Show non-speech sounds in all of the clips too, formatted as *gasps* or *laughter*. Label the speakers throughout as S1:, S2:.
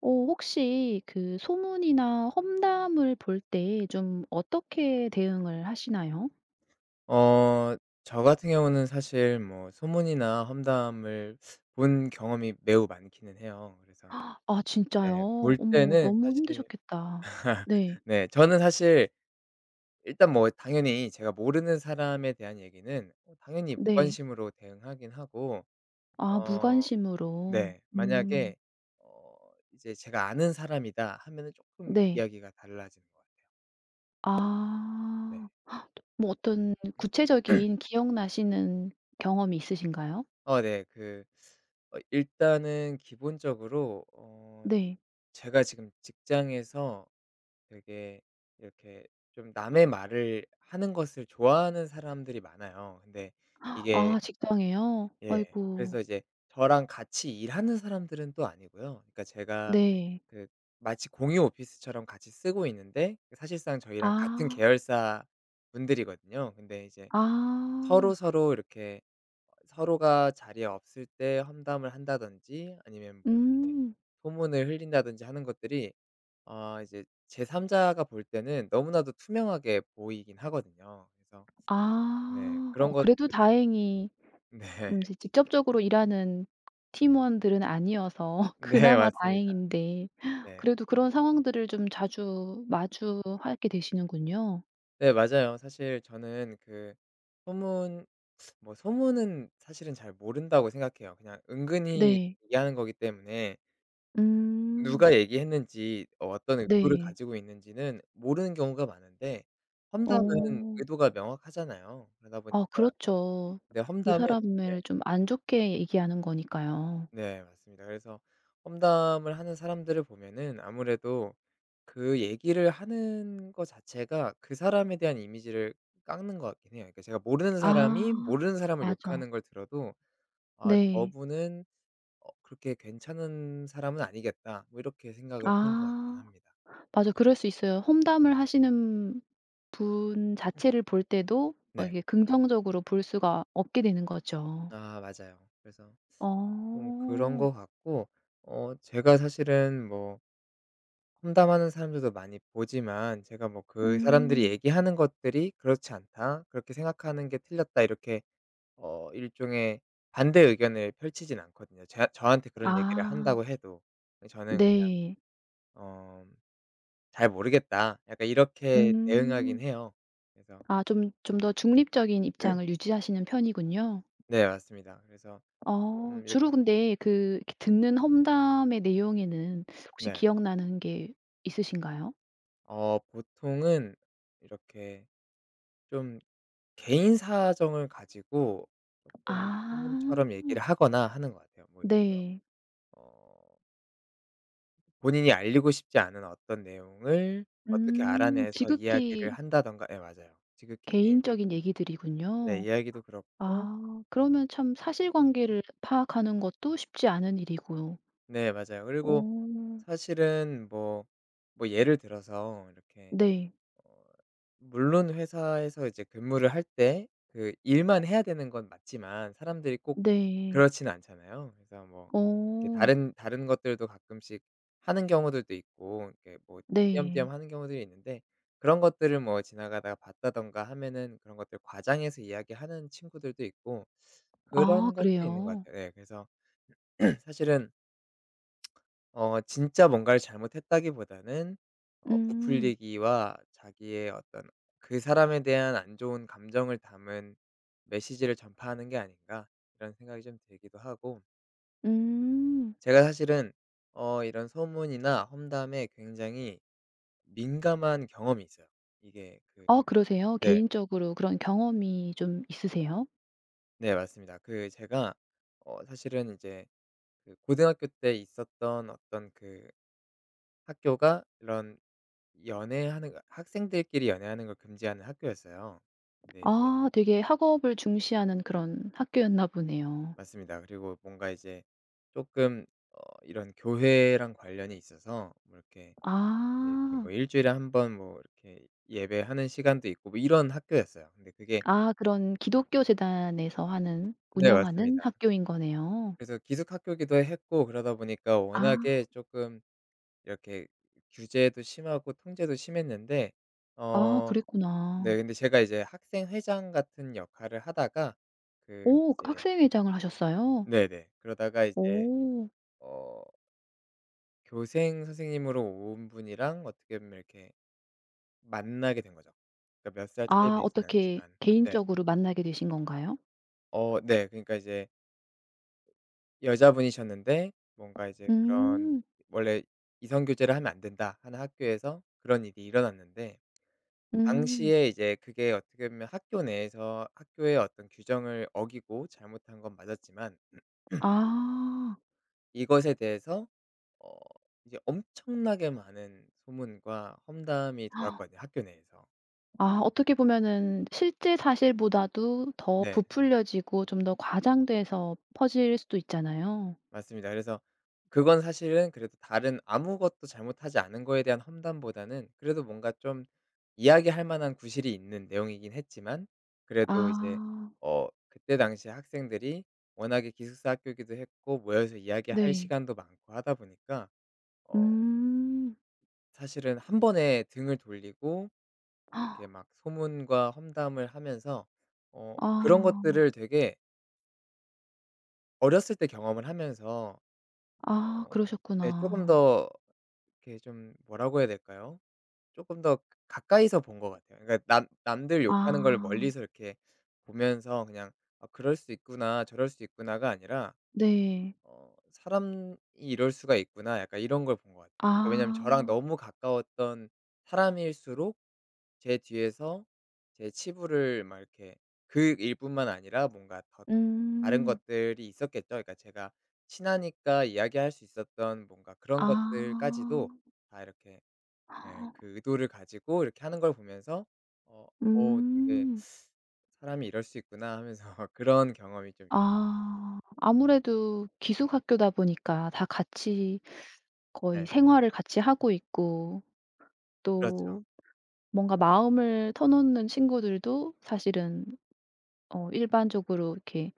S1: 어 혹시 그 소문이나 험담을 볼 때 좀 어떻게 대응을 하시나요?
S2: 어 저 같은 경우는 사실 뭐 소문이나 험담을 본 경험이 매우 많기는 해요. 그래서
S1: 아
S2: 네,
S1: 진짜요?
S2: 볼
S1: 어머
S2: 때는
S1: 너무
S2: 사실
S1: 힘드셨겠다. 네.
S2: 네, 저는 사실 일단 뭐 당연히 제가 모르는 사람에 대한 얘기는 당연히
S1: 네.
S2: 무관심으로 대응하긴 하고
S1: 아
S2: 어
S1: 무관심으로.
S2: 네,
S1: 음.
S2: 만약에 어 이제 제가 아는 사람이다 하면은 조금
S1: 네.
S2: 이야기가 달라지는 것 같아요. 네.
S1: 아. 뭐 어떤 구체적인 기억나시는 경험이 있으신가요?
S2: 네. 그 일단은 기본적으로
S1: 네.
S2: 제가 지금 직장에서 되게 이렇게 좀 남의 말을 하는 것을 좋아하는 사람들이 많아요. 근데 이게
S1: 아 직장에요?
S2: 예.
S1: 아이고.
S2: 그래서 이제 저랑 같이 일하는 사람들은 또 아니고요. 그러니까 제가
S1: 네.
S2: 그 마치 공유 오피스처럼 같이 쓰고 있는데 사실상 저희랑 같은
S1: 아.
S2: 계열사 분들이거든요. 근데 이제
S1: 아.
S2: 서로서로 이렇게 서로가 자리에 없을 때 험담을 한다든지 아니면 뭐 이렇게
S1: 음.
S2: 소문을 흘린다든지 하는 것들이 아 이제 제3 자가 볼 때는 너무나도 투명하게 보이긴 하거든요. 그래서 네,
S1: 아.
S2: 그런
S1: 어
S2: 것들을
S1: 그래도 다행히
S2: 네. *laughs*
S1: 이제 직접적으로 일하는 팀원들은 아니어서 *laughs*
S2: 네,
S1: 그나마
S2: 맞습니다.
S1: 다행인데
S2: 네.
S1: 그래도 그런 상황들을 좀 자주 마주하게 되시는군요.
S2: 네, 맞아요. 사실 저는 그 소문 뭐 소문은 사실은 잘 모른다고 생각해요. 그냥 은근히
S1: 네.
S2: 얘기하는 거기 때문에
S1: 음.
S2: 누가 얘기했는지 어떤 의도를
S1: 네.
S2: 가지고 있는지는 모르는 경우가 많은데 험담은
S1: 어.
S2: 의도가 명확하잖아요. 그러다
S1: 아
S2: 보니까
S1: 그렇죠.
S2: 네,
S1: 그
S2: 험담은 네.
S1: 사람을 좀 안 좋게 얘기하는 거니까요.
S2: 네, 맞습니다. 그래서 험담을 하는 사람들을 보면은 아무래도 그 얘기를 하는 것 자체가 그 사람에 대한 이미지를 깎는 것 같긴 해요. 그러니까 제가 모르는 사람이
S1: 아.
S2: 모르는 사람을
S1: 맞아.
S2: 욕하는 걸 들어도 '아
S1: 네.
S2: 저분은 그렇게 괜찮은 사람은 아니겠다.' 뭐 이렇게 생각을 하는 것 같긴
S1: 아.
S2: 합니다.
S1: 맞아. 그럴 수 있어요. 험담을 하시는 분 자체를 볼 때도 어
S2: 네.
S1: 이게 긍정적으로 볼 수가 없게 되는 거죠.
S2: 아 맞아요. 그래서 좀 그런
S1: 어.
S2: 것 같고 제가 사실은 뭐 험담하는 사람들도 많이 보지만 제가 뭐 그 사람들이
S1: 음.
S2: 얘기하는 것들이 '그렇지 않다. 그렇게 생각하는 게 틀렸다.' 이렇게 일종의 반대 의견을 펼치진 않거든요. 제 저한테 그런 얘기를
S1: 아.
S2: 한다고 해도. 예, 저는 그냥
S1: 네.
S2: 어 "잘 모르겠다." 약간 이렇게 대응하긴
S1: 음.
S2: 해요. 그래서
S1: 아 좀 좀 더 중립적인 입장을 유지하시는 편이군요.
S2: 네, 맞습니다. 그래서
S1: 어.
S2: 이렇게
S1: 주로 근데 그 이렇게 듣는 험담의 내용에는 혹시
S2: 네.
S1: 기억나는 게 있으신가요?
S2: 보통은 이렇게 좀 개인 사정을 가지고 조금
S1: 아.
S2: 소문처럼 얘기를 하거나 하는 것 같아요. 뭐
S1: 네.
S2: 어 본인이 알리고 싶지 않은 어떤 내용을 어떻게
S1: 음.
S2: 알아내서 이야기를
S1: 지극히
S2: 한다든가 예 맞아요. 지극히
S1: 개인적인
S2: 개인적인 네,
S1: 얘기들이군요.
S2: 이야기도 그렇고
S1: 아. 그러면 참 사실관계를 파악하는 것도 쉽지 않은 일이고.
S2: 네, 맞아요. 그리고
S1: 어.
S2: 사실은 뭐 뭐 예를 들어서 이렇게
S1: 네.
S2: 어 물론 회사에서 이제 근무를 할 때 그 일만 해야 되는 건 맞지만 사람들이 꼭
S1: 네.
S2: 그렇지는 않잖아요. 그래서 뭐 이렇게
S1: 어
S2: 다른 것들도 가끔씩 하는 경우들도 있고 이렇게 뭐
S1: 네.
S2: 띄엄띄엄 하는 경우들이 있는데 그런 것들을 뭐 지나가다가 봤다든가 하면은 그런 것들 과장해서 이야기하는 친구들도 있고
S1: 아
S2: 그런 것도 있는 것
S1: 그래요?
S2: 같아요. 네, 그래서 *clears throat* 사실은 진짜 뭔가를 잘못했다기보다는
S1: 음.
S2: 부풀리기와 자기의 어떤 그 사람에 대한 안 좋은 감정을 담은 메시지를 전파하는 게 아닌가 이런 생각이 좀 들기도 하고
S1: 음.
S2: 제가 사실은 이런 소문이나 험담에 굉장히 민감한 경험이 있어요. 이게 그
S1: 아 그러세요?
S2: 네.
S1: 개인적으로 그런 경험이 좀 있으세요?
S2: 네, 맞습니다. 그 제가 사실은 이제 그 고등학교 때 있었던 어떤 그 학교가 이런 연애하는 거 학생들끼리 연애하는 걸 금지하는 학교였어요. 근데 이제
S1: 아 되게 학업을 중시하는 그런 학교였나 보네요.
S2: 맞습니다. 그리고 뭔가 이제 조금 이런 교회랑 관련이 있어서 뭐 이렇게 네, 이렇게
S1: 아.
S2: 뭐 일 주일에 한 번 뭐 이렇게 예배하는 시간도 있고 뭐 이런 학교였어요. 근데 그게
S1: 아 그런 기독교 재단에서 하는
S2: 네,
S1: 운영하는
S2: 맞습니다.
S1: 학교인 거네요.
S2: 그래서 기숙학교기도 했고 그러다 보니까
S1: 아.
S2: 워낙에 조금 이렇게 규제도 심하고 통제도 심했는데
S1: 아
S2: 어 네,
S1: 그랬구나.
S2: 근데 제가 이제 학생 회장 같은 역할을 하다가 그
S1: 오
S2: 이제
S1: 학생회장을 하셨어요?
S2: 네네. 그러다가 이제
S1: 오.
S2: 어 교생 선생님으로 온 분이랑 어떻게 보면 이렇게 만나게 된 거죠. 그러니까 몇 살 차이
S1: 아
S2: 내진
S1: 어떻게
S2: 않지만. 네.
S1: 개인적으로 만나게 되신 건가요?
S2: 네. 그러니까 이제 여자분이셨는데 뭔가 이제 그런
S1: 음.
S2: 원래 "이성 교제를 하면 안 된다." 하는 학교에서 그런 일이 일어났는데
S1: 음.
S2: 당시에 이제 그게 어떻게 보면 학교 내에서 학교의 어떤 규정을 어기고 잘못한 건 맞았지만
S1: 아.
S2: 이것에 대해서 어 이제 엄청나게 많은 소문과 험담이 돌았거든요 학교 내에서.
S1: 아 어떻게 보면은 실제 사실보다도 더
S2: 네.
S1: 부풀려지고 좀 더 과장돼서 퍼질 수도 있잖아요.
S2: 맞습니다. 그래서 그건 사실은 그래도 다른 아무것도 잘못하지 않은 거에 대한 험담보다는 그래도 뭔가 좀 이야기할 만한 구실이 있는 내용이긴 했지만 그래도 이제
S1: 아
S2: 그때 당시에 학생들이 워낙에 기숙사 학교이기도 했고 모여서 이야기할
S1: 네.
S2: 시간도 많고 하다 보니까 어
S1: 음.
S2: 사실은 한 번에 등을 돌리고 이렇게
S1: 아.
S2: 막 소문과 험담을 하면서 그런 것들을 되게 어렸을 때 경험을 하면서
S1: 아
S2: 어 예 쪼금
S1: 그러셨구나.
S2: 더 이렇게 좀 뭐라고 해야 될까요? 쪼끔 더 가까이서 본 것 같아요. 그러니까 남 남들 욕하는 걸
S1: 아
S2: 멀리서 이렇게 보면서 그냥 '아 그럴 수 있구나. 저럴 수 있구나.'가 아니라
S1: 네.
S2: '사람이 이럴 수가 있구나.' 약간 이런 걸 본 것 같아요. 왜냐하면 저랑
S1: 아.
S2: 너무 가까웠던 사람일수록 제 뒤에서 제 치부를 막 이렇게 그 일뿐만 아니라 뭔가 더 다른
S1: 음.
S2: 것들이 있었겠죠. 그러니까 제가 친하니까 이야기할 수 있었던 뭔가 그런 것들까지도
S1: 아.
S2: 다 이렇게 예 그 의도를 가지고 이렇게 하는 걸 보면서 어 '어 되게
S1: 음.
S2: 사람이 이럴 수 있구나.' 하면서 *laughs* 그런 경험이 좀
S1: 아. 아무래도 기숙학교다 보니까 다 같이 거의
S2: 네.
S1: 생활을 같이 하고 있고
S2: 그렇죠.
S1: 또 뭔가 마음을 터놓는 친구들도 사실은 어 일반적으로 이렇게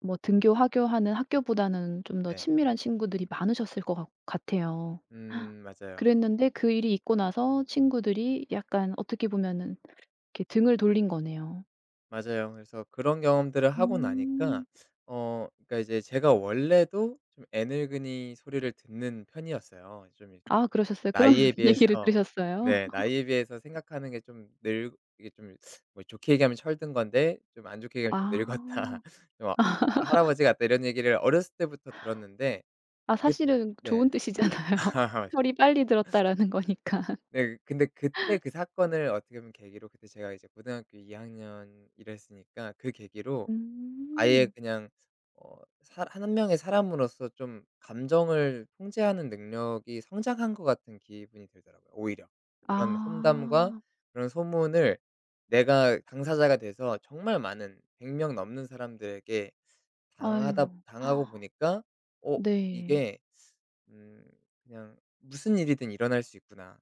S1: 뭐 등교 하교하는 학교보다는 좀 더
S2: 네.
S1: 친밀한 친구들이 많으셨을 것 같 같아요.
S2: 맞아요.
S1: 그랬는데 그 일이 있고 나서 친구들이 약간 어떻게 보면은 이렇게 등을 돌린 거네요.
S2: 맞아요. 그래서 그런 경험들을 하고 나니까
S1: 음.
S2: 그러니까 이제 제가 원래도 좀 애늙은이 소리를 듣는 편이었어요. 좀 이제
S1: 아 그러셨어요? 그런
S2: 나이에
S1: *laughs* 얘기를
S2: 비해서
S1: 들으셨어요?
S2: 네, 나이에 비해서 생각하는 게 좀 늙 이게 좀 뭐 좋게 얘기하면 철든 건데 좀 안 좋게 얘기하면 좀 늙었다.
S1: 아.
S2: *laughs* 좀 아 할아버지 같다 이런 얘기를 어렸을 때부터 들었는데
S1: 아
S2: 그
S1: 사실은
S2: 네.
S1: 좋은 뜻이잖아요. *laughs*
S2: *laughs*
S1: 철이 빨리 들었다라는 거니까.
S2: 네, 근데 그때 그 사건을 어떻게 보면 계기로 그때 제가 이제 고등학교 2 학년 이랬으니까 그 계기로 아예
S1: 음.
S2: 그냥 어 사 한 명의 사람으로서 좀 감정을 통제하는 능력이 성장한 것 같은 기분이 들더라고요 오히려. 그런 험담과
S1: 아.
S2: 그런 소문을 내가 당사자가 돼서 정말 많은 100명 넘는 사람들에게 당하다
S1: 아유.
S2: 당하고
S1: *gasps*
S2: 보니까 '어
S1: 네.
S2: 이게 음 그냥 무슨 일이든 일어날 수 있구나.'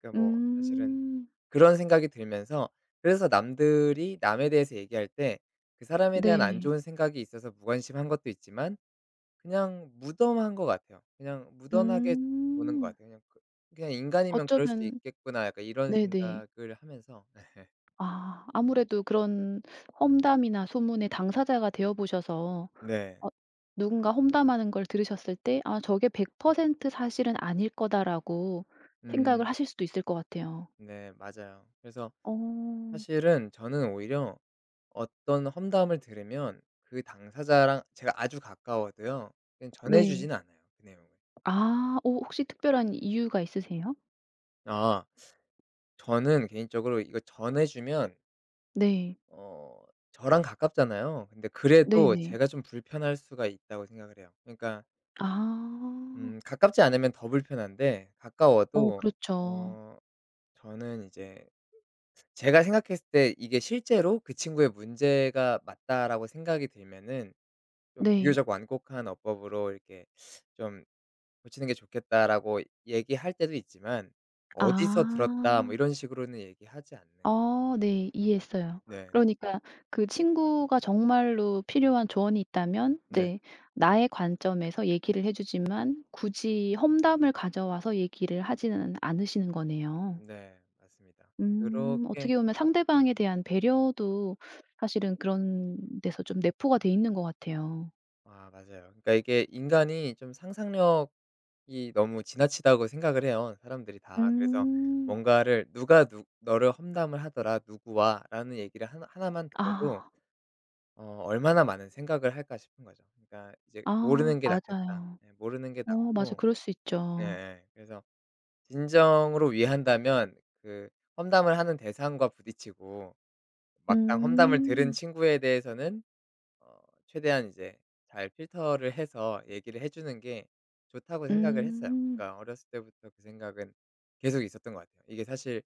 S2: 그러니까 뭐 사실은
S1: 음.
S2: 그런 생각이 들면서 그래서 남들이 남에 대해서 얘기할 때 그 사람에 대한 안
S1: 네.
S2: 좋은 생각이 있어서 무관심한 것도 있지만 그냥 무덤한 것 같아요. 그냥 무던하게 보는 것
S1: 음.
S2: 같아요. 그냥 그 '그냥 인간이면 그럴 수
S1: 어쩌면
S2: 있겠구나.' 약간 이런
S1: 네네.
S2: 생각을 하면서 *laughs*
S1: 아 아무래도 그런 험담이나 소문의 당사자가 되어 보셔서
S2: 네.
S1: 어 누군가 험담하는 걸 들으셨을 때 '아 저게 100% 사실은 아닐 거다.'라고
S2: 음
S1: 생각을 하실 수도 있을 것 같아요.
S2: 네, 맞아요. 그래서
S1: 어.
S2: 사실은 저는 오히려 어떤 험담을 들으면 그 당사자랑 제가 아주 가까워도요 그냥 전해
S1: 네.
S2: 주지는 않아요, 그 내용을.
S1: 아. 어 혹시 특별한 이유가 있으세요?
S2: 아 저는 개인적으로 이거 전해 주면
S1: 네.
S2: 어 저랑 가깝잖아요. 근데 그래도
S1: 네네.
S2: 제가 좀 불편할 수가 있다고 생각을 해요. 그러니까
S1: 아.
S2: 가깝지 않으면 더 불편한데
S1: 어
S2: 가까워도
S1: 그렇죠.
S2: 어 저는 이제 제가 생각했을 때 이게 실제로 그 친구의 문제가 맞다라고 생각이 들면은 좀
S1: 네.
S2: 비교적 완곡한 어법으로 이렇게 좀 "고치는 게 좋겠다."라고 얘기할 때도 있지만 "어디서 들었다." 뭐
S1: 아.
S2: 이런 식으로는 얘기하지 않는
S1: 아 네. 이해했어요.
S2: 네.
S1: 그러니까 그 친구가 정말로 필요한 조언이 있다면
S2: 네.
S1: 네 나의 관점에서 얘기를 해 주지만 굳이 험담을 가져와서 얘기를 하지는 않으시는 거네요.
S2: 네. 맞습니다. 그렇게
S1: 어떻게 보면 상대방에 대한 배려도 사실은 그런 데서 좀 내포가 돼 있는 것 같아요.
S2: 아 맞아요. 그러니까 이게 인간이 좀 상상력이 너무 지나치다고 생각을 해요, 사람들이 다. 그래서
S1: 음.
S2: 뭔가를 누가 누 "너를 험담을 하더라. 누구와."라는 얘기를 하나만 들어도
S1: 아.
S2: 얼마나 많은 생각을 할까 싶은 거죠. 그러니까 이제
S1: 아
S2: '모르는 게 낫겠다.'
S1: 맞아요.
S2: 예, 모르는 게
S1: 어 맞아.
S2: 낫고
S1: 그럴 수 있죠.
S2: 예예. 그래서 진정으로 위한다면 그 험담을 하는 대상과 부딪히고 막상 험담을 들은
S1: 음.
S2: 친구에 대해서는 어 최대한 이제 잘 필터를 해서 얘기를 해 주는 게 좋다고 생각을 했어요.
S1: 음.
S2: 그러니까 어렸을 때부터 그 생각은 계속 있었던 것 같아요. 이게 사실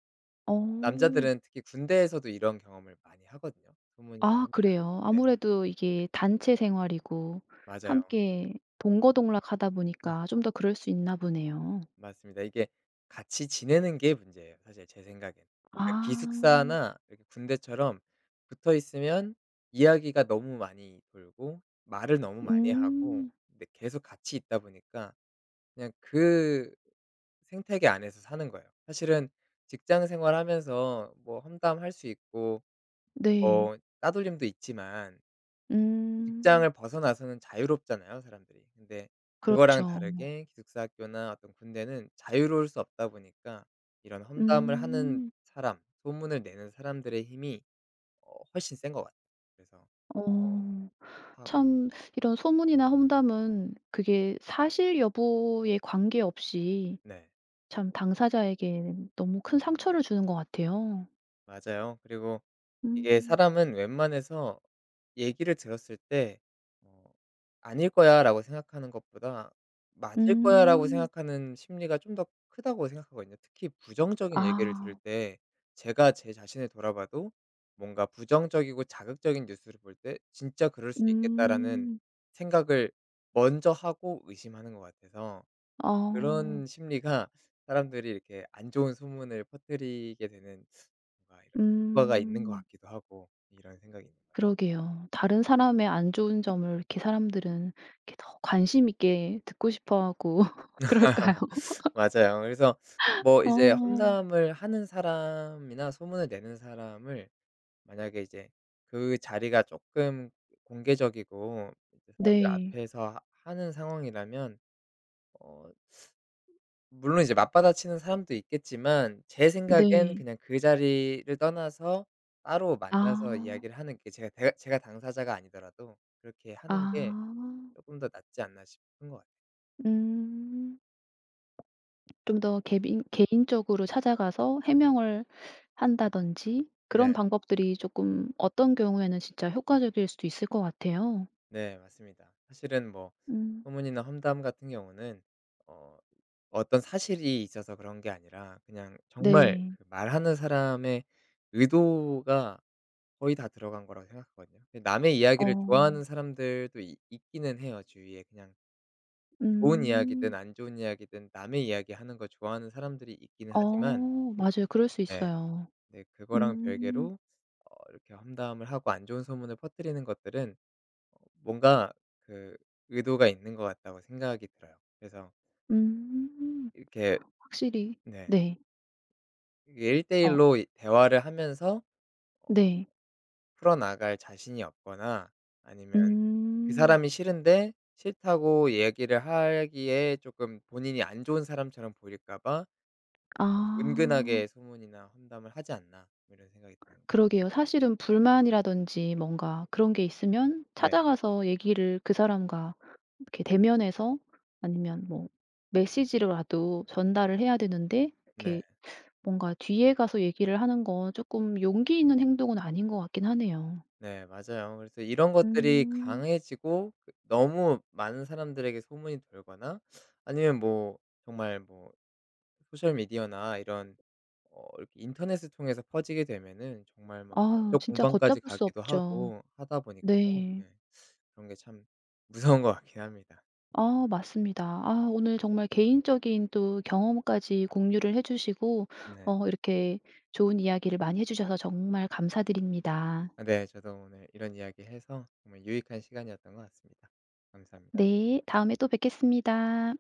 S1: 어.
S2: 남자들은 특히 군대에서도 이런 경험을 많이 하거든요. 소문이나
S1: 아
S2: 환각.
S1: 그래요.
S2: 네,
S1: 아무래도 이게 단체 생활이고
S2: 맞아요.
S1: 함께 동거동락하다 보니까
S2: *laughs*
S1: 좀 더 그럴 수 있나 보네요.
S2: 맞습니다. 이게 같이 지내는 게 문제예요 사실 제 생각엔. 그러니까
S1: 아.
S2: 기숙사나 이렇게 군대처럼 붙어 있으면 이야기가 너무 많이 돌고 말을 너무 많이 하고
S1: 음.
S2: 근데 계속 같이 있다 보니까 그냥 그 생태계 안에서 사는 거예요. 사실은 직장 생활하면서 뭐 험담할 수 있고
S1: 네.
S2: 뭐 따돌림도 있지만
S1: 음.
S2: 직장을 벗어나서는 자유롭잖아요, 사람들이. 근데 그거랑
S1: 그렇죠.
S2: 다르게 기숙사 학교나 어떤 군대는 자유로울 수 없다 보니까 이런 험담을 하는
S1: 음.
S2: 사람, 소문을 내는 사람들의 힘이 훨씬 센 것 같아요. 그래서 어
S1: 어.
S2: 확
S1: 참 이런 소문이나 험담은 그게 사실 여부에 관계없이
S2: 네.
S1: 참 당사자에게 너무 큰 상처를 주는 것 같아요.
S2: 맞아요. 그리고 이게
S1: 음.
S2: 사람은 웬만해서 얘기를 들었을 때 어 '아닐 거야.'라고 생각하는 것보다 '맞을 거야.'라고
S1: 음.
S2: 생각하는 심리가 좀 더 크다고 생각하거든요. 특히 부정적인 얘기를 들을
S1: 아.
S2: 때 제가 제 자신을 돌아봐도 뭔가 부정적이고 자극적인 뉴스를 볼 때 '진짜 그럴 수 있겠다.'라는
S1: 음.
S2: 생각을 먼저 하고 의심하는 것 같아서
S1: 어.
S2: 그런 심리가 사람들이 이렇게 안 좋은 소문을 퍼뜨리게 되는 뭔가 이런 효과가 있는 것
S1: 음.
S2: 같기도 하고 이런 생각이 있는 것
S1: 그러게요. 다른 사람의 안 좋은 점을 이렇게 사람들은 이렇게 더 관심 있게 듣고 싶어 하고 *laughs* 그럴까요?
S2: 같아요. 맞아요. 그래서 뭐 이제
S1: 어.
S2: 험담을 하는 사람이나 소문을 내는 사람을 만약에 이제 그 자리가 조금 공개적이고 이제 사람들
S1: 네.
S2: 앞에서 하 하는 상황이라면 어 물론 이제 맞받아치는 사람도 있겠지만 제 생각엔
S1: 네.
S2: 그냥 그 자리를 떠나서 따로 만나서
S1: 아.
S2: 이야기를 하는 게 제가 당사자가 아니더라도 그렇게 하는 게
S1: 아.
S2: 조금 더 낫지 않나 싶은 것 같아요.
S1: 음. 좀 더 개인적으로 찾아가서 해명을 한다든지
S2: 네.
S1: 그런 방법들이 조금 어떤 경우에는 진짜 효과적일 수도 있을 것 같아요.
S2: 네, 맞습니다. 사실은 뭐
S1: 음.
S2: 소문이나 험담 같은 경우는 어 어떤 사실이 있어서 그런 게 아니라 그냥 정말
S1: 네.
S2: 그 말하는 사람의 의도가 거의 다 들어간 거라고 생각하거든요. 근데 남의 이야기를
S1: 어.
S2: 좋아하는 사람들도 있기는 해요 주위에. 그냥 좋은 이야기든
S1: 음.
S2: 안 좋은 이야기든 남의 이야기하는 걸 좋아하는 사람들이 있기는 하지만
S1: 어. 맞아요. 그럴 수
S2: 네.
S1: 있어요.
S2: 네, 그거랑
S1: 음.
S2: 별개로 이렇게 험담을 하고 안 좋은 소문을 퍼뜨리는 것들은 어 뭔가 그 의도가 있는 것 같다고 생각이 들어요. 그래서
S1: 음.
S2: 이렇게
S1: 확실히
S2: 네,
S1: 네.
S2: 이게 1 대1
S1: 어
S2: 로 이 대화를 하면서 어
S1: 네.
S2: 풀어나갈 자신이 없거나 아니면 그
S1: 음.
S2: 사람이 싫은데 싫다고 얘기를 하기에 쪼끔 본인이 안 좋은 사람처럼 보일까 봐
S1: 아.
S2: 은근하게 소문이나 험담을 하지 않나 뭐 이런 생각이 드는 거
S1: 그러게요. 사실은 불만이라든지 뭔가 그런 게 있으면
S2: 네.
S1: 찾아가서 얘기를 그 사람과 이렇게 대면해서 아니면 뭐 메시지로라도 전달을 해야 되는데
S2: 네.
S1: 이렇게 뭔가 뒤에 가서 얘기를 하는 건 조금 용기 있는 행동은 아닌 것 같긴 하네요.
S2: 네, 맞아요. 그래서 이런 것들이
S1: 음.
S2: 강해지고 그 너무 많은 사람들에게 소문이 돌거나 아니면 뭐 정말 뭐 소셜 미디어나 이런 이렇게 인터넷을 통해서 퍼지게 되면은 정말 막
S1: 아
S2: 법적
S1: 진짜
S2: 공방까지
S1: 걷잡을 수
S2: 가기도
S1: 없죠.
S2: 하고 하다 보니까요.
S1: 네.
S2: 예. 그런 게 참 무서운 것 같긴 합니다.
S1: 아 맞습니다. 아 오늘 정말 개인적인 또 경험까지 공유를 해 주시고
S2: 네.
S1: 어 이렇게 좋은 이야기를 많이 해 주셔서 정말 감사드립니다.
S2: 아 네. 저도 오늘 이런 이야기 해서 정말 유익한 시간이었던 것 같습니다. 감사합니다.
S1: 네. 다음에 또 뵙겠습니다.